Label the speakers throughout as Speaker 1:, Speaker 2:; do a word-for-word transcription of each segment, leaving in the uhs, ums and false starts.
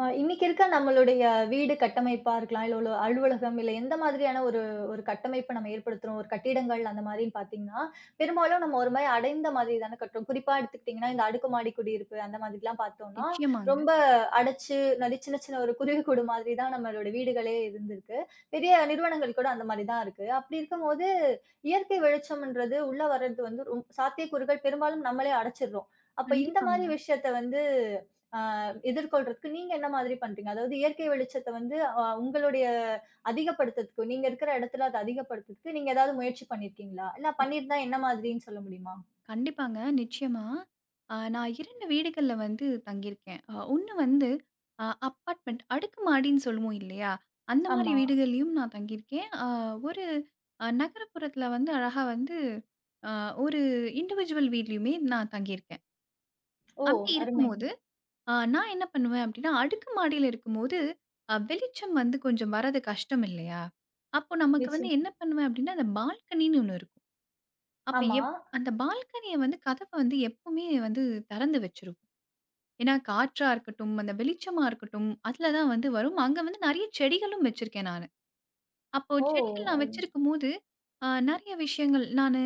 Speaker 1: ஆ இன்னைக்கு இருக்க நம்மளுடைய வீடு கட்டமைப்பா இருக்கலாம். இல்ல ஒரு அலுவலகம், இல்ல எந்த மாதிரியான ஒரு ஒரு கட்டமைப்ப நம்ம ஏற்படுத்துறோம். ஒரு கட்டிடங்கள் அந்த மாதிரின்னு பார்த்தீங்கன்னா, பெரும்பாலும் நம்ம ஒரு மாரி அடைந்த மாதிரி தானே கட்டுறோம். குறிப்பா எடுத்துக்கிட்டீங்கன்னா, இந்த அடுக்குமாடி குடியிருப்பு அந்த மாதிரிலாம் பார்த்தோம்னா,
Speaker 2: நிச்சயமாங்க.
Speaker 1: ரொம்ப அடைச்சு நடி சின்ன சின்ன ஒரு குருவி கூடு மாதிரி தான் நம்மளோட வீடுகளே இருந்திருக்கு. பெரிய நிறுவனங்கள் கூட அந்த மாதிரி தான் இருக்கு. அப்படி இருக்கும்போது, இயற்கை வெளிச்சம்ன்றது உள்ள வர்றது வந்து ரொம் சாத்தியக்கூறுகள் பெரும்பாலும் நம்மளே அடைச்சிடுறோம். அப்ப இந்த
Speaker 2: கண்டிப்பாங்க.
Speaker 1: மாதிரி விஷயத்த வந்து எதிர்கொள்றதுக்கு நீங்க என்ன மாதிரி பண்றீங்க? அதாவது இயற்கை வெளிச்சத்த வந்து அ உங்களுடைய அதிகப்படுத்துறதுக்கு, நீங்க இருக்கிற இடத்துல அத அதிகப்படுத்துறதுக்கு நீங்க ஏதாவது முயற்சி பண்ணியிருக்கீங்களா? இல்ல
Speaker 2: ம்
Speaker 1: பண்ணியிருந்தா என்ன மாதிரின்னு சொல்ல முடியுமா?
Speaker 2: கண்டிப்பாங்க. நிச்சயமா. அ நான் இரண்டு வீடுகள்ல வந்து தங்கியிருக்கேன். அ ஒண்ணு வந்து அ அப்பார்ட்மெண்ட் அடுக்குமாடின்னு சொல்லுவோம் இல்லையா? அந்த மாரி
Speaker 1: ஆமா.
Speaker 2: வீடுகள்லயும் நான் தங்கியிருக்கேன். அ ஒரு அ நகரப்புறத்துல வந்து அழகா வந்து அ ஒரு இண்டிவிஜுவல் வீட்லயுமே நான் தங்கியிருக்கேன்.
Speaker 1: ஓ!
Speaker 2: அப்படி
Speaker 1: அருமைங்க.
Speaker 2: இருக்கும்போது, அ நான் என்ன பண்ணுவேன் அப்படின்னா, அடுக்குமாடியில இருக்கும்போது, அ வெளிச்சம் வந்து கொஞ்சம் வரது கஷ்டம் இல்லையா? அப்போ நமக்கு வந்து என்ன
Speaker 1: நிச்சயமா.
Speaker 2: பண்ணுவேன் அப்படின்னா, அந்த பால்கனின்னு ஒண்ணு இருக்கும். அப்ப
Speaker 1: ஆமா.
Speaker 2: எப் அந்த பால்கனிய வந்து கதவ வந்து எப்பவுமே வந்து திறந்து வச்சுருவோம். ஏன்னா, காற்றா இருக்கட்டும், அந்த வெளிச்சமா இருக்கட்டும், அதுல தான் வந்து வரும். அங்க வந்து நெறைய செடிகளும் வச்சிருக்கேன் நானு. அப்போ
Speaker 1: ஓ!
Speaker 2: செடிகள் நான்
Speaker 1: அது-
Speaker 2: வச்சிருக்கும்போது, அ நெறைய விஷயங்கள் நானு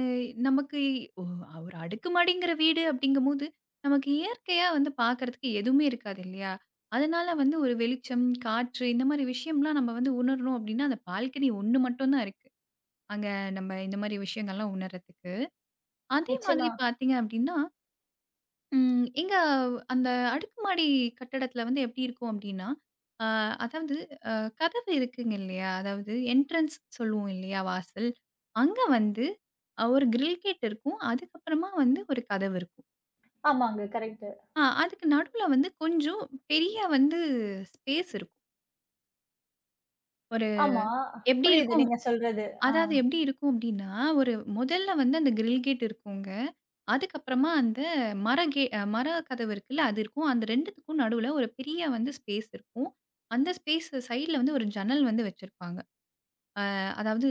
Speaker 2: நமக்கு ஒ ஒரு அடுக்குமாடிங்கிற வீடு அப்படிங்கும்போது, நமக்கு இயற்கையா வந்து பார்க்கறதுக்கு எதுவுமே இருக்காது இல்லையா? அதனால வந்து ஒரு வெளிச்சம், காற்று இந்த மாரி விஷயம்லாம் நம்ம வந்து உணரணும் அப்படின்னா, அந்த பால்கனி ஒண்ணு மட்டும் தான் இருக்கு. அங்க நம்ம இந்த மாரி விஷயங்கள்லாம் உணர்றதுக்கு. அதே
Speaker 1: நிச்சயமா.
Speaker 2: மாதிரி பார்த்தீங்க அப்டின்னா, ம் எங்க அந்த அடுக்குமாடி கட்டடத்தில வந்து எப்டி இருக்கும் அப்டின்னா, அ அதாவது அ கதவு இருக்குங்க இல்லையா? அதாவது என்ட்ரன்ஸ் சொல்லுவோம் இல்லையா? வாசல். அங்க வந்து அ ஒரு கிரில் கேட் இருக்கும். அதுக்கப்புறமா வந்து ஒரு கதவு இருக்கும்.
Speaker 1: ஆமாங்க. கரெக்ட்டு.
Speaker 2: ஆ அதுக்கு நடுவுல வந்து கொஞ்சம் பெரிய வந்து ஸ்பேஸ் இருக்கும். ஒரு
Speaker 1: ஆமா.
Speaker 2: எப்டி
Speaker 1: புரியுது
Speaker 2: இருக்கும்?
Speaker 1: நீங்க சொல்றது. ஆ.
Speaker 2: அதாவது எப்படி இருக்கும் அப்படின்னா, ஒரு முதல்ல வந்து அந்த கிரில் கேட் இருக்குங்க. அதுக்கப்புறமா அந்த மர கே அஹ் மர கதவு இருக்குல்ல, அது இருக்கும். அந்த 2த்துக்கும் நடுவுல ஒரு பெரிய வந்து ஸ்பேஸ் இருக்கும். அந்த ஸ்பேஸ் சைட்ல வந்து ஒரு ஜன்னல் வந்து வச்சிருப்பாங்க. அஹ் அதாவது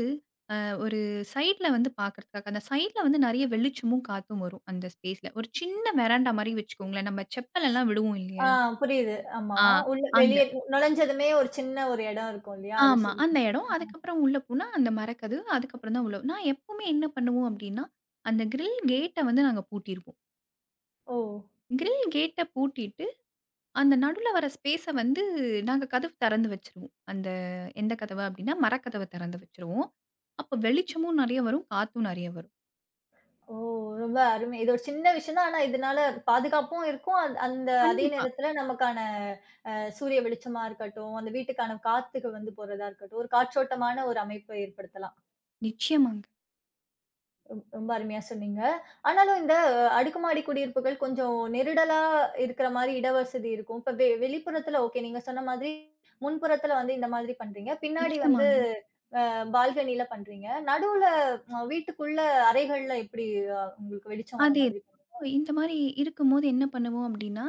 Speaker 2: அ ஒரு சைட்ல வந்து பார்க்கறதுக்காக. அந்த சைட்ல வந்து நெறைய வெளிச்சமும், காத்தும் வரும் அந்த ஸ்பேஸ்ல. ஒரு சின்ன வெராண்டா மாரி வச்சுக்கோங்களேன். நம்ம செப்பல் எல்லாம் விடுவோம்
Speaker 1: ஆ
Speaker 2: இல்லையா?
Speaker 1: புரியுது. ஆமா. உள்ள
Speaker 2: ஆ.
Speaker 1: வெளிய நுழைஞ்சதுமே ஒரு சின்ன ஒரு இடம் இருக்கும் இல்லையா? அத
Speaker 2: ஆமா. அந்த
Speaker 1: சொல்றீங்க.
Speaker 2: இடம். அதுக்கப்புறம் உள்ள போனா அந்த மரக்கதவு. அதுக்கப்புறம் தான் உள்ள நான் எப்பவுமே என்ன பண்ணுவோம் அப்டின்னா, அந்த கிரில் கேட்ட வந்து நாங்க பூட்டிருவோம்.
Speaker 1: ஓ!
Speaker 2: கிரில் கேட்ட பூட்டிட்டு, அந்த நடுவுல வர ஸ்பேஸ வந்து நாங்க கதவு தெறந்து வச்சுருவோம். அந்த எந்த கதவு அப்டின்னா, மரக்கதவ தெறந்து வச்சுருவோம். அப்ப வெளிச்சமும் நெறைய வரும், காத்தும் நெறைய வரும்.
Speaker 1: ஓ! ரொம்ப அருமை. இது ஒரு சின்ன விஷயம் தான். ஆனா இதனால பாதுகாப்பும் இருக்கும். அந் அந்த அதே
Speaker 2: கண்டிப்பா.
Speaker 1: நேரத்துல நமக்கான அ சூரிய வெளிச்சமா இருக்கட்டும், அந்த வீட்டுக்கான காத்துக்கு வந்து போறதா இருக்கட்டும், ஒரு காற்றோட்டமான ஒரு அமைப்பை ஏற்படுத்தலாம்.
Speaker 2: நிச்சயமாங்க,
Speaker 1: ரொம் ரொம்ப அருமையா சொன்னீங்க. ஆனாலும் இந்த அடுக்குமாடி குடியிருப்புகள் கொஞ்சம் நெருடலா இருக்கிற மாரி இடவசதி இருக்கும். இப்ப வெ வெளிப்புறத்துல ஓகே. நீங்க சொன்ன மாதிரி முன்புறத்துல வந்து இந்த மாதிரி பண்றீங்க. பின்னாடி வந்து
Speaker 2: நிச்சயமாங்க.
Speaker 1: அ பால்கனில பண்றீங்க. நடுவுல அ வீட்டுக்குள்ள அறைகள்ல எப்படி அ உங்களுக்கு வெளிச்சம் வர
Speaker 2: அதேதான்.
Speaker 1: மாதிரி?
Speaker 2: இந்த மாரி இருக்கும்போது என்ன பண்ணுவோம் அப்டின்னா,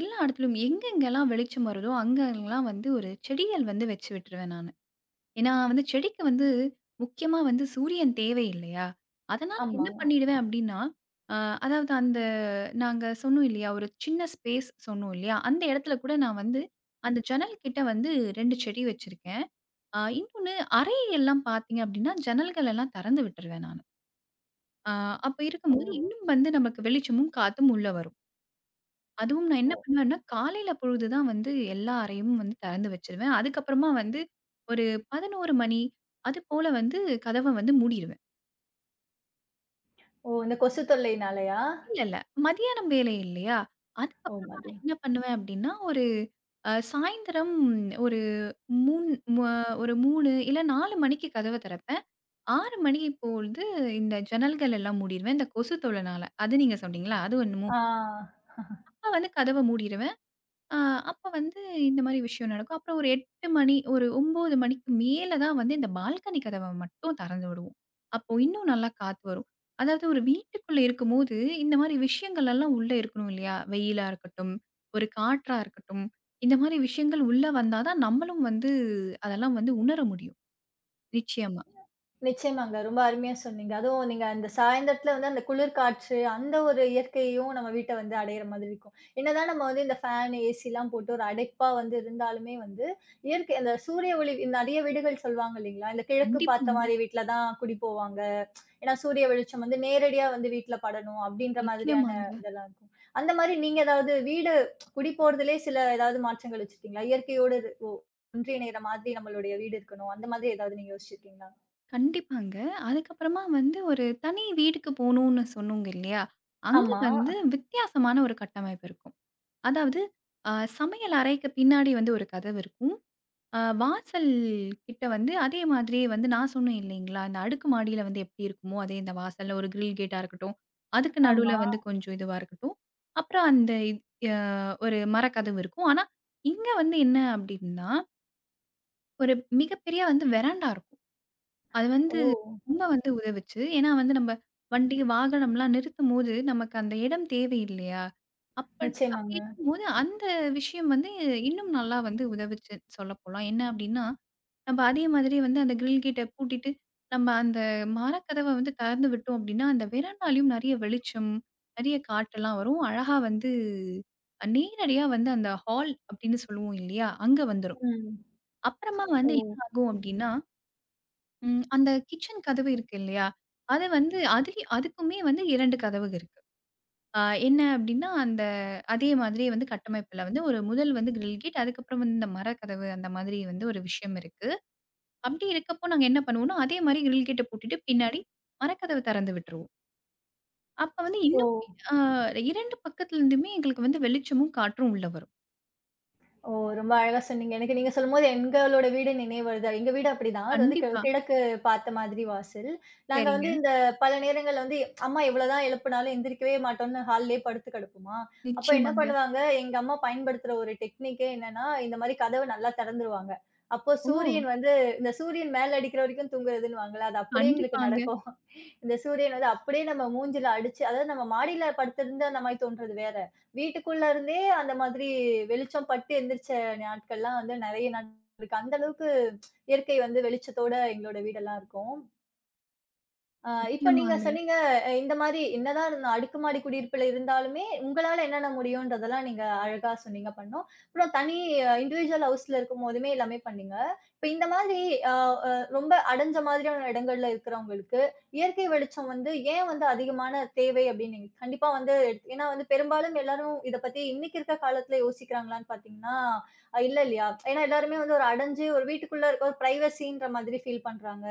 Speaker 2: எல்லா இடத்துலயும் எங்கெங்கலாம் வெளிச்சம் வருதோ, அங்கலாம் வந்து ஒரு செடிகள் வந்து வச்சு விட்டுருவேன் நானு. ஏன்னா வந்து செடிக்கு வந்து முக்கியமா வந்து சூரியன் தேவை இல்லையா? அதனால என்ன
Speaker 1: ஆமா.
Speaker 2: பண்ணிடுவேன் அப்டின்னா, அ அதாவது அந்த நாங்க சொன்னோம் இல்லையா? ஒரு சின்ன ஸ்பேஸ் சொன்னோம் இல்லையா? அந்த இடத்துல கூட நான் வந்து அந்த ஜன்னல் கிட்ட வந்து ரெண்டு செடி வச்சிருக்கேன். அ இன்னொன்னு அறை எல்லாம் பார்த்தீங்க அப்டின்னா, ஜன்னல்கள் எல்லாம் திறந்து விட்டுருவேன் நானு. அ அப்ப
Speaker 1: ஓ!
Speaker 2: இருக்கும்போது இன்னும் வந்து நமக்கு வெளிச்சமும், காத்தும் உள்ள வரும். அதுவும் நான் என்ன பண்ணுவேன்னா, காலையில பொழுது தான் வந்து எல்லா அறையும் வந்து திறந்து வச்சுருவேன். அதுக்கப்புறமா வந்து ஒரு பதினொரு மணி அது போல வந்து கதவ வந்து மூடிருவேன்.
Speaker 1: ஓ! இந்த கொசு தொல்லையினாலயா?
Speaker 2: இல்ல, இல்ல. மதியானம் வேலை இல்லையா?
Speaker 1: ஓ!
Speaker 2: அதுக்கப்புறமா
Speaker 1: மதி
Speaker 2: நான் என்ன பண்ணுவேன் அப்டின்னா, ஒரு அ சாயந்திரம் ஒரு மூணு ம ஒரு மூணு இல்ல நாலு மணிக்கு கதவ திறப்பேன். ஆறு மணி பொழுது இந்த ஜன்னல்கள் எல்லாம் மூடிருவேன். இந்த கொசு தொல்லனால. அது நீங்க சொன்னீங்களா? அது என்னமோ
Speaker 1: ஆ
Speaker 2: அப்ப வந்து கதவ மூடிருவேன். ஆ, அப்ப வந்து இந்த மாரி விஷயம் நடக்கும். அப்புறம் ஒரு எட்டு மணி, ஒரு ஒன்பது மணிக்கு மேல தான் வந்து இந்த பால்கனி கதவ மட்டும் திறந்து விடுவோம். அப்போ இன்னும் நல்லா காத்து வரும். அதாவது ஒரு வீட்டுக்குள்ள இருக்கும்போது, இந்த மாரி விஷயங்கள் எல்லாம் உள்ள இருக்கணும் இல்லையா? வெயிலா இருக்கட்டும், ஒரு காற்றா இருக்கட்டும். இந்த மாரி விஷயங்கள் உள்ள வந்தா தான் நம்மளும் வந்து அதெல்லாம் வந்து உணர முடியும். நிச்சயமா.
Speaker 1: நிச்சயமாங்க. ரொம்ப அருமையா சொன்னீங்க. அதுவும் நீங்க அந்த சாயந்திரத்தில வந்து அந்த குளிர் காற்று, அந்த ஒரு இயற்கையும் நம்ம வீட்ட வந்து அடையிற மாதிரி இருக்கும். என்னதான் நம்ம வந்து இந்த ஃபேன், ஏசிலாம் போட்டு ஒரு அடைப்பா வந்து இருந்தாலுமே வந்து, இயற்கை அந்த சூரிய ஒளி நிறைய வீடுகள் சொல்லுவாங்க இல்லைங்களா? இந்த கிழக்கு பார்த்த
Speaker 2: கண்டிப்பாங்க.
Speaker 1: மாரி வீட்ல தான் குடி போவாங்க. ஏன்னா சூரிய வெளிச்சம் வந்து நேரடியா வந்து வீட்ல படணும் அப்படின்ற மாதிரியான
Speaker 2: நிச்சயமாங்க.
Speaker 1: இதெல்லாம் இருக்கும். அந்த மாரி நீங்க ஏதாவது வீடு குடி போறதிலே சில ஏதாவது மாற்றங்கள் வச்சிருக்கீங்களா? இயற்கையோடு இது ஒ ஒன்றிய நேர மாதிரி நம்மளுடைய வீடு இருக்கணும். அந்த மாதிரி ஏதாவது நீங்க யோசிச்சிருக்கீங்களா?
Speaker 2: கண்டிப்பாங்க. அதுக்கப்புறமா வந்து ஒரு தனி வீடுக்கு போணும்னு சொன்னோங்க இல்லையா? அங்க
Speaker 1: ஆமா,
Speaker 2: வந்து வித்தியாசமான ஒரு கட்டமைப்பு இருக்கும். அதாவது அ சமையல் அறைக்கு பின்னாடி வந்து ஒரு கதவு இருக்கும். அ வாசல் கிட்ட வந்து அதே மாதிரியே வந்து நான் சொன்னேன் இல்லைங்களா, இந்த அடுக்கு மாடியில வந்து எப்படி இருக்குமோ, அதே இந்த வாசல்ல ஒரு கிரில் கேட்டா இருக்கட்டும், அதுக்கு
Speaker 1: ஆமா.
Speaker 2: நடுவுல வந்து கொஞ்சம் இதுவா இருக்கட்டும். அப்புறம் அந்த இத் அ ஒரு மரக்கதவு இருக்கும். ஆனா, இங்க வந்து என்ன அப்படின்னா, ஒரு மிகப்பெரிய வந்து வெராண்டா இருக்கும். அது வந்து
Speaker 1: ஓ!
Speaker 2: ரொம்ப வந்து உதவுச்சு. ஏன்னா வந்து நம்ம வண்டி, வாகனம்லாம் நிறுத்தும்போது, நமக்கு அந்த இடம் தேவை இல்லையா? அப்ப அப்படி
Speaker 1: நிச்சயமாங்க.
Speaker 2: இருக்கும்போது அந்த விஷயம் வந்து இன்னும் நல்லா வந்து உதவுச்சு சொல்லப்போலாம். என்ன அப்படின்னா, நம்ம அதே மாதிரி வந்து அந்த கிரில் கேட்ட பூட்டிட்டு, நம்ம அந்த மரக்கதவ வந்து திறந்து விட்டோம் அப்படின்னா, அந்த வெராண்டாலயும் நெறைய வெளிச்சம், நெறைய காற்றெல்லாம் வரும். அழகா வந்து அ நேரடியா வந்து அந்த ஹால் அப்படின்னு சொல்லுவோம் இல்லையா? அங்க வந்துரும்.
Speaker 1: ம்.
Speaker 2: அப்புறமா வந்து
Speaker 1: ஓ!
Speaker 2: என்ன ஆகும் அப்படின்னா ம். அந்த கிச்சன் கதவு இருக்கு இல்லையா? அது வந்து அதுலயே அதுக்குமே வந்து இரண்டு கதவு இருக்கு. அ என்ன அப்டின்னா, அந்த அதே மாதிரியே வந்து கட்டமைப்புல வந்து ஒரு முதல் வந்து கிரில் கேட், அதுக்கப்புறம் வந்து இந்த மரக்கதவு அந்த மாதிரி வந்து ஒரு விஷயம் இருக்கு. அப்டி இருக்கப்போ நாங்க என்ன பண்ணுவோம்னா, அதே மாரி கிரில் கேட்ட பூட்டிட்டு பின்னாடி மரக்கதவு தெறந்து விட்டுருவோம். அப்ப வந்து
Speaker 1: ஓ!
Speaker 2: இன்னும் அ இரண்டு பக்கத்துலருந்துமே எங்களுக்கு வந்து வெளிச்சமும், காற்றும் உள்ள வரும்.
Speaker 1: ஓ! ரொம்ப அழகா சொன்னீங்க. எனக்கு நீங்க சொல்லும்போது எங்களோட வீடு நினைவு வருது. எங்க வீடு அப்படிதான். அது வந்து கி
Speaker 2: கண்டிப்பா.
Speaker 1: கிழக்கு பார்த்த மாதிரி வாசல். நாங்க வந்து
Speaker 2: சரிங்க.
Speaker 1: இந்த பல நேரங்கள்ல வந்து அம்மா எவ்வளோதான் எழுப்புனாலும் எந்திரிக்கவே மாட்டோம்னு ஹால்லயே படுத்து கிடப்போமா, அப்ப என்ன
Speaker 2: நிச்சயமாங்க.
Speaker 1: பண்ணுவாங்க, எங்க அம்மா பயன்படுத்துற ஒரு டெக்னிக்கே என்னன்னா, இந்த மாரி கதவ நல்லா திறந்துருவாங்க. அப்போ
Speaker 2: ஓ!
Speaker 1: சூரியன் வந்து இந்த சூரியன் மேல அடிக்கிற வரைக்கும் தூங்குறதுன்னுவாங்கல்ல, அது அப்படியே எங்களுக்கு
Speaker 2: கண்டிப்பாங்க.
Speaker 1: நடக்கும். இந்த சூரியன் வந்து அப்படியே நம்ம மூஞ்சில அடிச்சு அதாவது நம்ம மாடியில படுத்திருந்தா அந்த மாரி தோன்றது வேற. வீட்டுக்குள்ள இருந்தே அந்த மாதிரி வெளிச்சம் பட்டு எந்திரிச்ச நாட்கள்லாம் வந்து நெறைய நாட்கள் இருக்கு. அந்த அளவுக்கு இயற்கை வந்து வெளிச்சத்தோட எங்களோட வீடெல்லாம் இருக்கும். ஆ இப்ப நீங்க
Speaker 2: நிச்சயமாங்க.
Speaker 1: சொன்னீங்க, அஹ் இந்த மாரி என்னதான் இருந்த அடுக்குமாடி குடியிருப்புல இருந்தாலுமே, உங்களால என்னென்ன முடியுன்றதெல்லாம் நீங்க அழகா சொன்னீங்க, பண்ணோம். அப்புறம் தனி இண்டிவிஜுவல் ஹவுஸ்ல இருக்கும்போதுமே எல்லாமே பண்ணீங்க. இப்ப இந்த மாதிரி அ அ ரொம்ப அடைஞ்ச மாதிரியான இடங்கள்ல இருக்கிறவங்களுக்கு, இயற்கை வெளிச்சம் வந்து ஏன் வந்து அதிகமான தேவை அப்படின்னு நீங்க கண்டிப்பா வந்து எடுத்து- ஏன்னா வந்து பெரும்பாலும் எல்லாரும் இத பத்தி இன்னைக்கு இருக்க காலத்துல யோசிக்கிறாங்களான்னு பார்த்தீங்கன்னா, இல்ல இல்லையா? ஏன்னா எல்லாருமே வந்து ஒரு அடைஞ்சு ஒரு வீட்டுக்குள்ள இருக்க ஒரு பிரைவசின்ற மாதிரி ஃபீல் பண்றாங்க.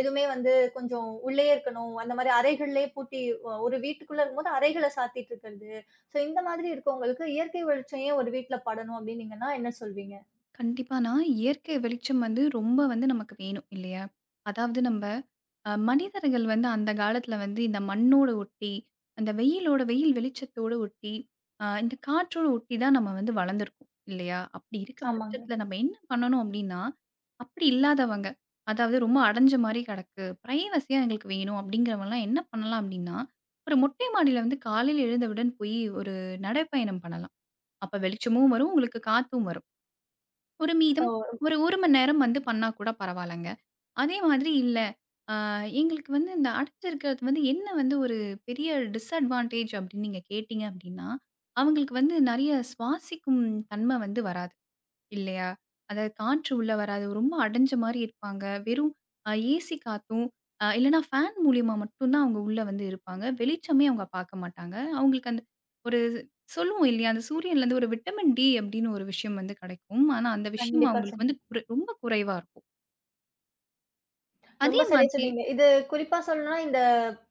Speaker 1: எதுவுமே வந்து கொஞ்சம் உள்ளயே இருக்கணும். அந்த மாரி அறைகள்லயே பூட்டி அ ஒரு வீட்டுக்குள்ள இருக்கும்போது அறைகள சாத்திட்டு இருக்கிறது. ஸோ இந்த மாதிரி இருக்கவங்களுக்கு இயற்கை வெளிச்சம் ஏன் ஒரு வீட்ல படணும் அப்டின்னீங்கன்னா என்ன சொல்வீங்க?
Speaker 2: கண்டிப்பானா, இயற்கை வெளிச்சம் வந்து ரொம்ப வந்து நமக்கு வேணும் இல்லையா? அதாவது நம்ப அ மனிதர்கள் வந்து அந்த காலத்துல வந்து இந்த மண்ணோட ஒட்டி, அந்த வெயிலோட வெயில் வெளிச்சத்தோட ஒட்டி, அ இந்த காற்றோட ஒட்டி தான் நம்ம வந்து வளர்ந்துருக்கோம் இல்லையா? அப்படி இருக்க
Speaker 1: ஆமாங்க.
Speaker 2: பட்சத்துல நம்ம என்ன பண்ணணும் அப்படின்னா, அப்படி இல்லாதவங்க, அதாவது ரொம்ப அடைஞ்ச மாரி கிடக்கு, பிரைவசியா எங்களுக்கு வேணும் அப்படிங்கிறவங்கலாம் என்ன பண்ணலாம் அப்படின்னா, ஒரு மொட்டை மாடியில வந்து காலையில எழுந்தவுடன் போய் ஒரு நடைப்பயணம் பண்ணலாம். அப்ப வெளிச்சமும் வரும், உங்களுக்கு காத்தும் வரும். ஒரு
Speaker 1: ஓ!
Speaker 2: மீதம் ஒரு 1 மணி நேரம் வந்து பண்ணா கூட பரவாயில்லங்க. அதே மாதிரி இல்ல, அ எங்களுக்கு வந்து இந்த அடைச்சிருக்கிறது வந்து என்ன வந்து ஒரு பெரிய டிஸ்அட்வான்டேஜ் அப்படின்னு நீங்க கேட்டீங்க அப்படின்னா, அவங்களுக்கு வந்து நெறைய சுவாசிக்கும் தன்மை வந்து வராது. இல்லையா? அதாவது காற்று உள்ள வராது. ரொம்ப அடைஞ்ச மாரி இருப்பாங்க. வெறும் அ ஏசி காத்தும், அ இல்லன்னா ஃபேன் மூலியமா மட்டும் தான் அவங்க உள்ள வந்து இருப்பாங்க. வெளிச்சமே அவங்க பார்க்க மாட்டாங்க. அவங்களுக்கு அந்த ஒரு சொல்லுவோம் இல்லையா? அந்த சூரியன்லேருந்து ஒரு விட்டமின் டி அப்டின்னு ஒரு விஷயம் வந்து கிடைக்கும். ஆனா, அந்த விஷயம்
Speaker 1: கண்டிப்பா
Speaker 2: அவங்களுக்கு வந்து
Speaker 1: சொன்னீங்க.
Speaker 2: குறை ரொம்ப குறைவா இருக்கும்.
Speaker 1: ரொம்ப
Speaker 2: அதே
Speaker 1: சரியா
Speaker 2: மாதிரி
Speaker 1: சொன்னீங்க. இது குறிப்பா சொல்லணும்னா, இந்த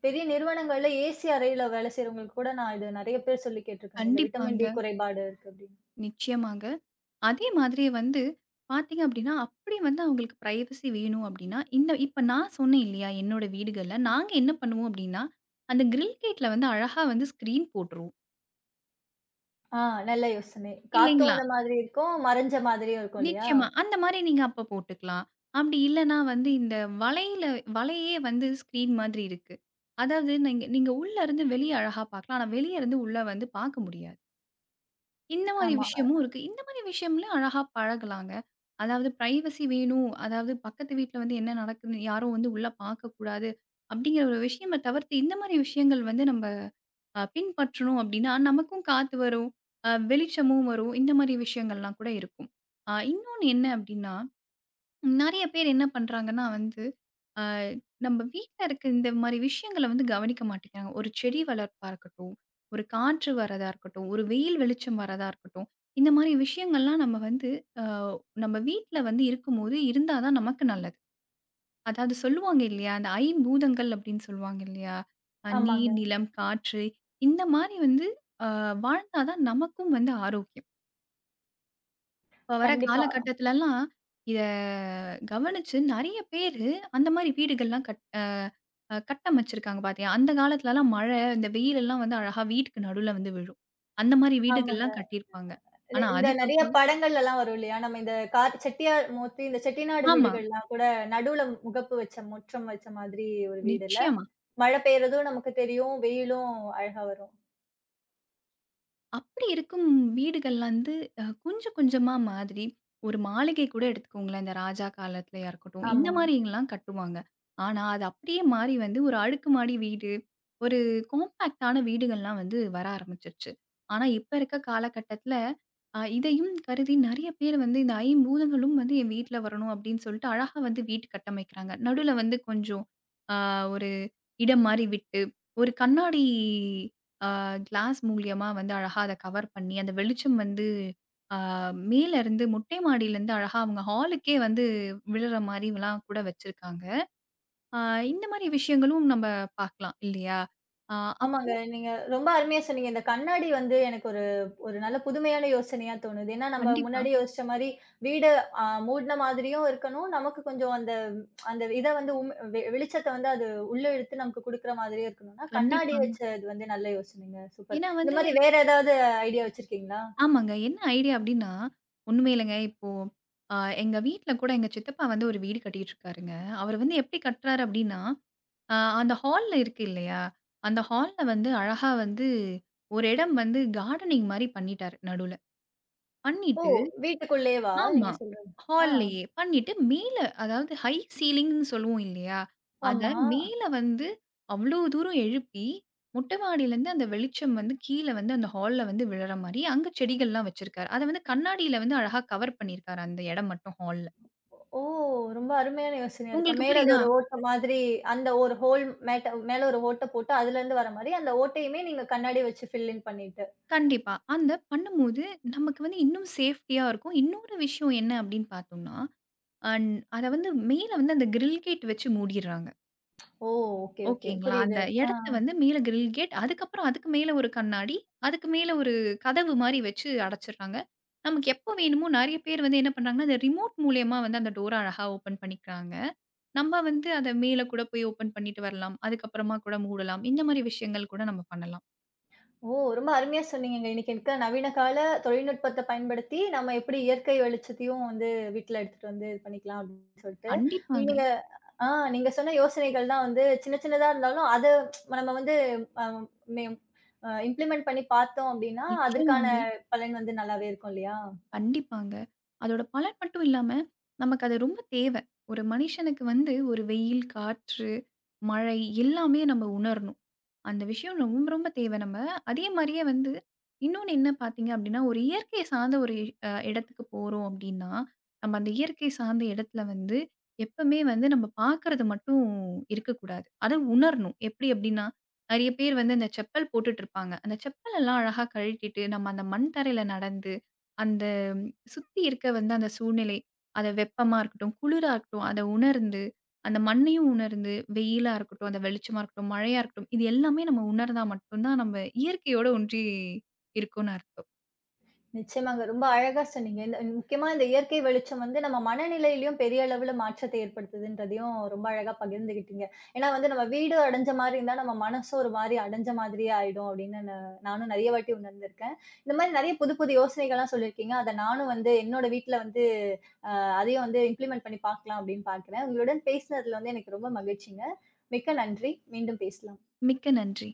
Speaker 1: பெரிய நிறுவனங்கள்ல ஏசி அறையில வேலை செய்றவங்களுக்கு கூட நான் இது நெறைய பேர் சொல்லி கேட்டுருக்கேங்க. இந்த விட்டமின் டி
Speaker 2: கண்டிப்பாங்க.
Speaker 1: குறைபாடு இருக்கு அப்டின்னு.
Speaker 2: நிச்சயமாங்க. அதே மாதிரி வந்து பார்த்தீங்க அப்படின்னா, அப்படி வந்து அவங்களுக்கு பிரைவசி வேணும் அப்படின்னா, இந்த இப்ப நான் சொன்னேன் இல்லையா? என்னோட வீடுகள்ல நாங்க என்ன பண்ணுவோம் அப்படின்னா, அந்த கிரில் கேட்ல வந்து அழகா வந்து ஸ்க்ரீன் போட்டுருவோம்.
Speaker 1: ஆ நல்ல யோசனை. காத்தும்
Speaker 2: இல்லைங்களா?
Speaker 1: அந்த மாதிரி இருக்கும், மறைஞ்ச மாதிரியும் இருக்கும் இல்லையா?
Speaker 2: நிச்சயமா. அந்த மாரி நீங்க அப்ப போட்டுக்கலாம். அப்படி இல்லன்னா வந்து இந்த வலையில வலையே வந்து ஸ்க்ரீன் மாதிரி இருக்கு. அதாவது நீங்க நீங்க உள்ள இருந்து வெளிய அழகா பார்க்கலாம். ஆனா வெளிய இருந்து உள்ள வந்து பார்க்க முடியாது. இந்த மாரி
Speaker 1: ஆமா,
Speaker 2: விஷயமும் இருக்கு. இந்த மாரி விஷயம்ல அழகா பழகலாங்க. அதாவது பிரைவசி வேணும். அதாவது பக்கத்து வீட்ல வந்து என்ன நடக்குதுன்னு யாரும் வந்து உள்ள பார்க்கக்கூடாது. அப்படிங்கிற ஒரு விஷயம தவிர்த்து இந்த மாரி விஷயங்கள் வந்து நம்ம அ பின்பற்றணும் அப்படின்னா, நமக்கும் காத்து வரும். அ வெளிச்சமும் வரும். இந்த மாரி விஷயங்கள்லாம் கூட இருக்கும். அ இன்னொன்னு என்ன அப்படின்னா நெறைய பேர் என்ன பண்றாங்கன்னா வந்து, அ நம்ம வீட்ல இருக்க இந்த மாரி விஷயங்கள வந்து கவனிக்க மாட்டேங்கிறாங்க. ஒரு செடி வளர்ப்பா இருக்கட்டும், ஒரு காற்று வரதா இருக்கட்டும், ஒரு வெயில் வெளிச்சம் வரதா இருக்கட்டும். இந்த மாரி விஷயங்கள்லாம் நம்ம வந்து அ நம்ம வீட்ல வந்து இருக்கும்போது இருந்தா தான் நமக்கு நல்லது. அதாவது சொல்லுவாங்க இல்லையா? அந்த ஐம்பூதங்கள் அப்படின்னு சொல்லுவாங்க இல்லையா? அ நீர்,
Speaker 1: ஆமாங்க.
Speaker 2: நிலம், காற்று இந்த மாரி வந்து அ வாழ்ந்தா தான் நமக்கும் வந்து ஆரோக்கியம். இப்ப வர
Speaker 1: கண்டிப்பா.
Speaker 2: காலகட்டத்துலலாம் இத கவனிச்சு நெறைய பேரு அந்த மாரி வீடுகள்லாம் கட் அ அ கட்டமைச்சிருக்காங்க பாத்தியா? அந்த காலத்துலலாம் மழை, இந்த வெயிலெல்லாம் வந்து அழகா வீட்டுக்கு நடுவுல வந்து விழும். அந்த மாரி
Speaker 1: ஆமாங்க.
Speaker 2: வீடுகள்லாம் கட்டியிருப்பாங்க.
Speaker 1: இந்த
Speaker 2: ஆனா
Speaker 1: இந்த நெறைய
Speaker 2: அதுக்கப்புறம்
Speaker 1: படங்கள்லலாம் வரும் இல்லையா? நம்ம இந்த கார் செட்டியார் மூர்த்தி இந்த செட்டிநாடு
Speaker 2: ஆமா.
Speaker 1: வீடுகள்லாம் கூட நடுவுல முகப்பு வச்ச முற்றம் வச்ச மாதிரி ஒரு வீடுல்ல.
Speaker 2: நிச்சயமா.
Speaker 1: மழை பெய்றதும் நமக்கு தெரியும். வெயிலும் அழகா வரும்.
Speaker 2: அப்படி இருக்கும் வீடுகள்ல வந்து அ கொஞ்சம் கொஞ்சமா மாதிரி, ஒரு மாளிகை கூட எடுத்துக்கோங்களேன், இந்த ராஜா காலத்துலயா இருக்கட்டும், இந்த
Speaker 1: ஆமா.
Speaker 2: மாரிலாம் கட்டுவாங்க. ஆனா, அது அப்படியே மாறி வந்து ஒரு அடுக்குமாடி வீடு, ஒரு காம்பேக்ட்டான வீடுகள்லாம் வந்து வர ஆரம்பிச்சுருச்சு. ஆனா, இப்ப இருக்க காலகட்டத்தில அ இதையும் கருதி நெறைய பேர் வந்து இந்த ஐம்பூதங்களும் வந்து என் வீட்ல வரணும் அப்படின்னு சொல்லிட்டு, அழகா வந்து வீடு கட்டமைக்கிறாங்க. நடுவுல வந்து கொஞ்சம் ஆ ஒரு இடம் மாறி விட்டு, ஒரு கண்ணாடி அ கிளாஸ் மூலியமா வந்து அழகா அத கவர் பண்ணி, அந்த வெளிச்சம் வந்து அ மேலருந்து மொட்டை மாடியிலருந்து அழகா அவங்க ஹாலுக்கே வந்து விழுற மாரிலாம் கூட வச்சிருக்காங்க. அ இந்த மாரி விஷயங்களும் நம்ம பார்க்கலாம் இல்லையா? அ
Speaker 1: ஆமாங்க.
Speaker 2: அப்போ
Speaker 1: நீங்க ரொம்ப அருமையா சொன்னீங்க. இந்த கண்ணாடி வந்து எனக்கு ஒரு ஒரு நல்ல புதுமையான யோசனையா தோணுது. ஏன்னா, நம்ம
Speaker 2: கண்டிப்பா,
Speaker 1: முன்னாடி யோசிச்ச மாரி வீடு அ மூடுன மாதிரியும் இருக்கணும். நமக்கு கொஞ்சம் அந்த அந்த இத வந்து உம் வெ வெளிச்சத்த வந்து அது உள்ள இழுத்து நமக்கு குடுக்குற மாதிரியும் இருக்கணும்னா, கண்ணாடி
Speaker 2: கண்டிப்பாங்க.
Speaker 1: வச்சது வந்து நல்ல யோசனைங்க. சூப்பர்.
Speaker 2: ஏன்னா
Speaker 1: இந்த
Speaker 2: வந்து
Speaker 1: மாரி வேற ஏதாவது ஐடியா வச்சிருக்கீங்களா?
Speaker 2: ஆமாங்க. என்ன ஐடியா அப்டின்னா, ஒண்ணுமே இல்லங்க. இப்போ அ எங்க வீட்ல கூட எங்க சித்தப்பா வந்து ஒரு வீடு கட்டிட்டு இருக்காருங்க. அவரு வந்து எப்டி கட்டுறாரு அப்டின்னா அ அந்த ஹால்ல இருக்கு இல்லையா? அந்த ஹால்ல வந்து அழகா வந்து ஒரு இடம் வந்து கார்டனிங் மாரி பண்ணிட்டாரு நடுவுல.
Speaker 1: ஓ!
Speaker 2: பண்ணிட்டு
Speaker 1: வீட்டுக்குள்ளேயேவா?
Speaker 2: ஆமா.
Speaker 1: நீங்க சொல்றது. ஆ.
Speaker 2: ஹால்லயே பண்ணிட்டு மேல அதாவது ஹை சீலிங்ன்னு சொல்லுவோம் இல்லையா? அத
Speaker 1: ஆமா.
Speaker 2: மேல வந்து அவ்ளோ தூரம் எழுப்பி, மொட்ட மாடியிலேருந்து அந்த வெளிச்சம் வந்து கீழ வந்து அந்த ஹால்ல வந்து விழற மாரி அங்க செடிகள்லாம் வச்சிருக்காரு. அத வந்து கண்ணாடியில வந்து அழகா கவர் பண்ணியிருக்காரு அந்த இடம் மட்டும் ஹால்ல.
Speaker 1: ஓ! ரொம்ப அருமையான யோசனையா இருக்கு.
Speaker 2: உங்களுக்கு
Speaker 1: மேல அது
Speaker 2: புரியுதா?
Speaker 1: ஒரு ஓட்ட மாதிரி அந்த ஒரு ஹோல் மேட்ட மேல ஒரு ஓட்ட போட்டு அதுலருந்து வர மாரி, அந்த ஓட்டையுமே நீங்க கண்ணாடி வச்சு ஃபில் இன் பண்ணிட்டு.
Speaker 2: கண்டிப்பா. அந்த பண்ணும்போது, நமக்கு வந்து இன்னும் சேஃப்டியா இருக்கும். இன்னொரு விஷயம் என்ன அப்படின்னு பார்த்தோம்னா, அன் அத வந்து மேல வந்து அந்த கிரில் கேட் வச்சு மூடிர்றாங்க.
Speaker 1: ஓ! Okay, okay.
Speaker 2: ஓகேங்களா? அந்த
Speaker 1: புரியுது. ஆ.
Speaker 2: இடத்த வந்து மேல கிரில் கேட், அதுக்கப்புறம் அதுக்கு மேல ஒரு கண்ணாடி, அதுக்கு மேல ஒரு கதவு மாரி வச்சு அடைச்சிர்றாங்க. நமக்கு எப்போ வேணுமோ நெறைய பேர் வந்து என்ன பண்றாங்கன்னா, அந்த ரிமோட் மூலியமா வந்து அந்த டோர அழகா ஓப்பன் பண்ணிக்கிறாங்க. நம்ம வந்து அத மேல கூட போய் ஓப்பன் பண்ணிட்டு வரலாம். அதுக்கப்புறமா கூட மூடலாம். இந்த மாரி விஷயங்கள் கூட நம்ம பண்ணலாம்.
Speaker 1: ஓ! ரொம்ப அருமையா சொன்னீங்கங்க. இன்னைக்கு இருக்க நவீன கால தொழில்நுட்பத்த பயன்படுத்தி, நம்ம எப்படி இயற்கை வெளிச்சத்தையும் வந்து வீட்ல எடுத்துட்டு வந்து இது பண்ணிக்கலாம் அப்படின்னு சொல்ட்டு.
Speaker 2: கண்டிப்பாங்க.
Speaker 1: நீங்க ஆ நீங்க சொன்ன யோசனைகள் தான் வந்து சின்ன சின்னதா இருந்தாலும், அத நம்ம வந்து அ மே அ இம்ப்ளிமெண்ட் பண்ணி பார்த்தோம் அப்படின்னா, அதற்கான
Speaker 2: நிச்சயமாங்க.
Speaker 1: பலன் வந்து நல்லாவே இருக்கும் இல்லையா?
Speaker 2: கண்டிப்பாங்க. அதோட பலன் மட்டும் இல்லாம, நமக்கு அது ரொம்ப தேவை. ஒரு மனுஷனுக்கு வந்து ஒரு வெயில், காற்று, மழை எல்லாமே நம்ம உணரணும். அந்த விஷயம் ரொம்ப ரொம்ப தேவை நம்ம. அதே மாரியே வந்து இன்னொன்னு என்ன பார்த்தீங்க அப்டின்னா, ஒரு இயற்கை சார்ந்த ஒரு அ இடத்துக்கு போறோம் அப்டின்னா, நம்ம அந்த இயற்கை சார்ந்த இடத்துல வந்து எப்பமே வந்து நம்ம பார்க்கறது மட்டும் இருக்கக்கூடாது. அத உணரணும். எப்டி அப்டின்னா, நெறைய பேர் வந்து அந்த செப்பல் போட்டுட்ருப்பாங்க. அந்த செப்பல் எல்லாம் அழகா கழட்டிட்டு நம்ம அந்த மண் தரையில நடந்து, அந்த சுத்தி இருக்க வந்து அந்த சூழ்நிலை, அது வெப்பமா இருக்கட்டும், குளிரா இருக்கட்டும், அத உணர்ந்து அந்த மண்ணையும் உணர்ந்து, வெயிலா இருக்கட்டும், அந்த வெளிச்சமா இருக்கட்டும், மழையா இருக்கட்டும், இது எல்லாமே நம்ம உணர்ந்தா மட்டும் தான் நம்ம இயற்கையோட ஒன்றி இருக்கோம்னு அர்த்தம்.
Speaker 1: நிச்சயமாங்க. ரொம்ப அழகா சொன்னீங்க. இந்த முக்கியமா இந்த இயற்கை வெளிச்சம் வந்து நம்ம மனநிலையிலயும் பெரிய அளவுல மாற்றத்தை ஏற்படுத்துதுன்றதையும் ரொம்ப அழகா பகிர்ந்துகிட்டீங்க. ஏன்னா வந்து நம்ம வீடு அடைஞ்ச மாரி இருந்தா நம்ம மனசும் ஒரு மாரி அடைஞ்ச மாதிரியே ஆயிடும் அப்படின்னு நா நானும் நெறைய வாட்டி உணர்ந்திருக்கேன். இந்த மாரி நெறைய புது புது யோசனைகள்லாம் சொல்லியிருக்கீங்க. அத நானும் வந்து என்னோட வீட்ல வந்து அதையும் வந்து இம்ப்ளிமெண்ட் பண்ணி பார்க்கலாம் அப்படின்னு பார்க்கிறேன். உங்களுடன் பேசினதுல வந்து எனக்கு ரொம்ப மகிழ்ச்சிங்க. மிக்க நன்றி. மீண்டும் பேசலாம்.
Speaker 2: மிக்க நன்றி.